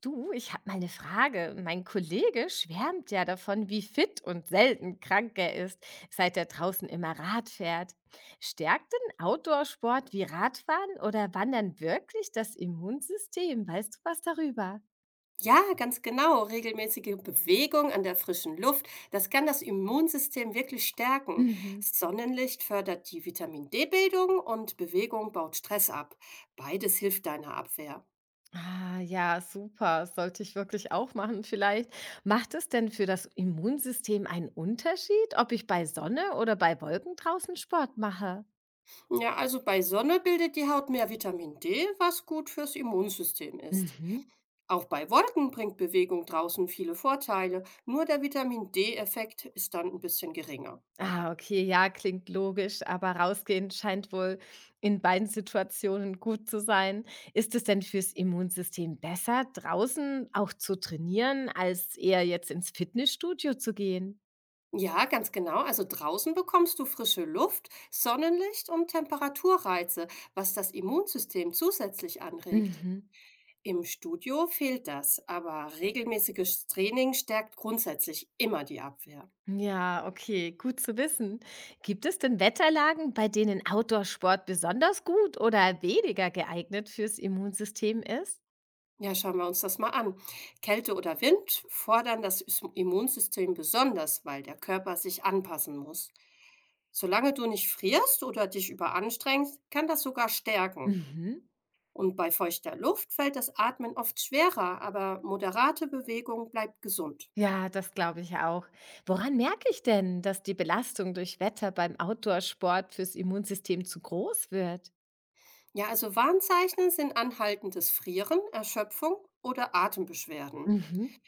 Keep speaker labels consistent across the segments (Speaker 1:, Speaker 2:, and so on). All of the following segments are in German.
Speaker 1: Du, ich habe mal eine Frage. Mein Kollege schwärmt ja davon, wie fit und selten krank er ist, seit er draußen immer Rad fährt. Stärkt denn Outdoor-Sport wie Radfahren oder Wandern wirklich das Immunsystem? Weißt du was darüber?
Speaker 2: Ja, ganz genau. Regelmäßige Bewegung an der frischen Luft, das kann das Immunsystem wirklich stärken.
Speaker 1: Mhm.
Speaker 2: Sonnenlicht fördert die Vitamin D-Bildung und Bewegung baut Stress ab. Beides hilft deiner Abwehr.
Speaker 1: Ah, ja, super. Sollte ich wirklich auch machen vielleicht. Macht es denn für das Immunsystem einen Unterschied, ob ich bei Sonne oder bei Wolken draußen Sport mache?
Speaker 2: Ja, also bei Sonne bildet die Haut mehr Vitamin D, was gut fürs Immunsystem ist.
Speaker 1: Mhm.
Speaker 2: Auch bei Wolken bringt Bewegung draußen viele Vorteile, nur der Vitamin D-Effekt ist dann ein bisschen geringer.
Speaker 1: Ah, okay, ja, klingt logisch, aber rausgehen scheint wohl in beiden Situationen gut zu sein. Ist es denn fürs Immunsystem besser, draußen auch zu trainieren, als eher jetzt ins Fitnessstudio zu gehen?
Speaker 2: Ja, ganz genau. Also draußen bekommst du frische Luft, Sonnenlicht und Temperaturreize, was das Immunsystem zusätzlich anregt.
Speaker 1: Mhm.
Speaker 2: Im Studio fehlt das, aber regelmäßiges Training stärkt grundsätzlich immer die Abwehr.
Speaker 1: Ja, okay, gut zu wissen. Gibt es denn Wetterlagen, bei denen Outdoor-Sport besonders gut oder weniger geeignet fürs Immunsystem ist?
Speaker 2: Ja, schauen wir uns das mal an. Kälte oder Wind fordern das Immunsystem besonders, weil der Körper sich anpassen muss. Solange du nicht frierst oder dich überanstrengst, kann das sogar stärken.
Speaker 1: Mhm.
Speaker 2: Und bei feuchter Luft fällt das Atmen oft schwerer, aber moderate Bewegung bleibt gesund.
Speaker 1: Ja, das glaube ich auch. Woran merke ich denn, dass die Belastung durch Wetter beim Outdoor-Sport fürs Immunsystem zu groß wird?
Speaker 2: Ja, also Warnzeichen sind anhaltendes Frieren, Erschöpfung oder Atembeschwerden.
Speaker 1: Mhm.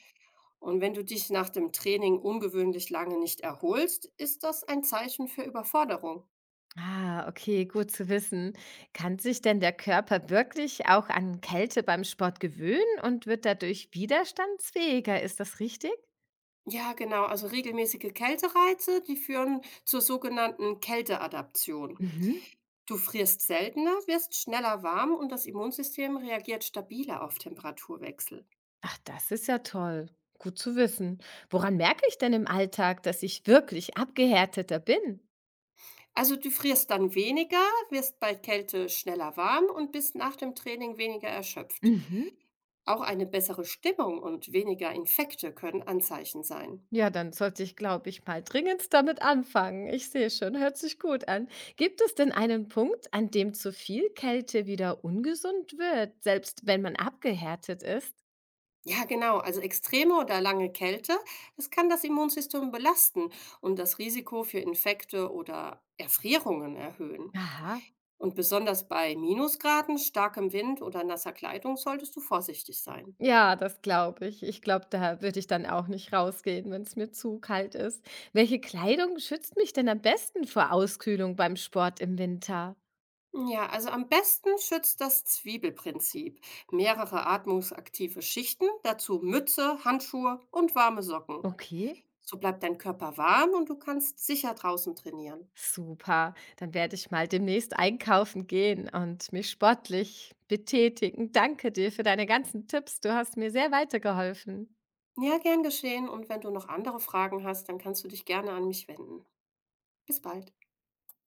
Speaker 2: Und wenn du dich nach dem Training ungewöhnlich lange nicht erholst, ist das ein Zeichen für Überforderung.
Speaker 1: Ah, okay, gut zu wissen. Kann sich denn der Körper wirklich auch an Kälte beim Sport gewöhnen und wird dadurch widerstandsfähiger? Ist das richtig?
Speaker 2: Ja, genau, also regelmäßige Kältereize, die führen zur sogenannten Kälteadaption.
Speaker 1: Mhm.
Speaker 2: Du frierst seltener, wirst schneller warm und das Immunsystem reagiert stabiler auf Temperaturwechsel.
Speaker 1: Ach, das ist ja toll. Gut zu wissen. Woran merke ich denn im Alltag, dass ich wirklich abgehärteter bin?
Speaker 2: Also du frierst dann weniger, wirst bei Kälte schneller warm und bist nach dem Training weniger erschöpft.
Speaker 1: Mhm.
Speaker 2: Auch eine bessere Stimmung und weniger Infekte können Anzeichen sein.
Speaker 1: Ja, dann sollte ich, glaube ich, mal dringend damit anfangen. Ich sehe schon, hört sich gut an. Gibt es denn einen Punkt, an dem zu viel Kälte wieder ungesund wird, selbst wenn man abgehärtet ist?
Speaker 2: Ja, genau. Also extreme oder lange Kälte, das kann das Immunsystem belasten und das Risiko für Infekte oder Erfrierungen erhöhen.
Speaker 1: Aha.
Speaker 2: Und besonders bei Minusgraden, starkem Wind oder nasser Kleidung solltest du vorsichtig sein.
Speaker 1: Ja, das glaube ich. Ich glaube, da würde ich dann auch nicht rausgehen, wenn es mir zu kalt ist. Welche Kleidung schützt mich denn am besten vor Auskühlung beim Sport im Winter?
Speaker 2: Ja, also am besten schützt das Zwiebelprinzip. Mehrere atmungsaktive Schichten, dazu Mütze, Handschuhe und warme Socken.
Speaker 1: Okay.
Speaker 2: So bleibt dein Körper warm und du kannst sicher draußen trainieren.
Speaker 1: Super, dann werde ich mal demnächst einkaufen gehen und mich sportlich betätigen. Danke dir für deine ganzen Tipps. Du hast mir sehr weitergeholfen.
Speaker 2: Ja, gern geschehen und wenn du noch andere Fragen hast, dann kannst du dich gerne an mich wenden. Bis bald.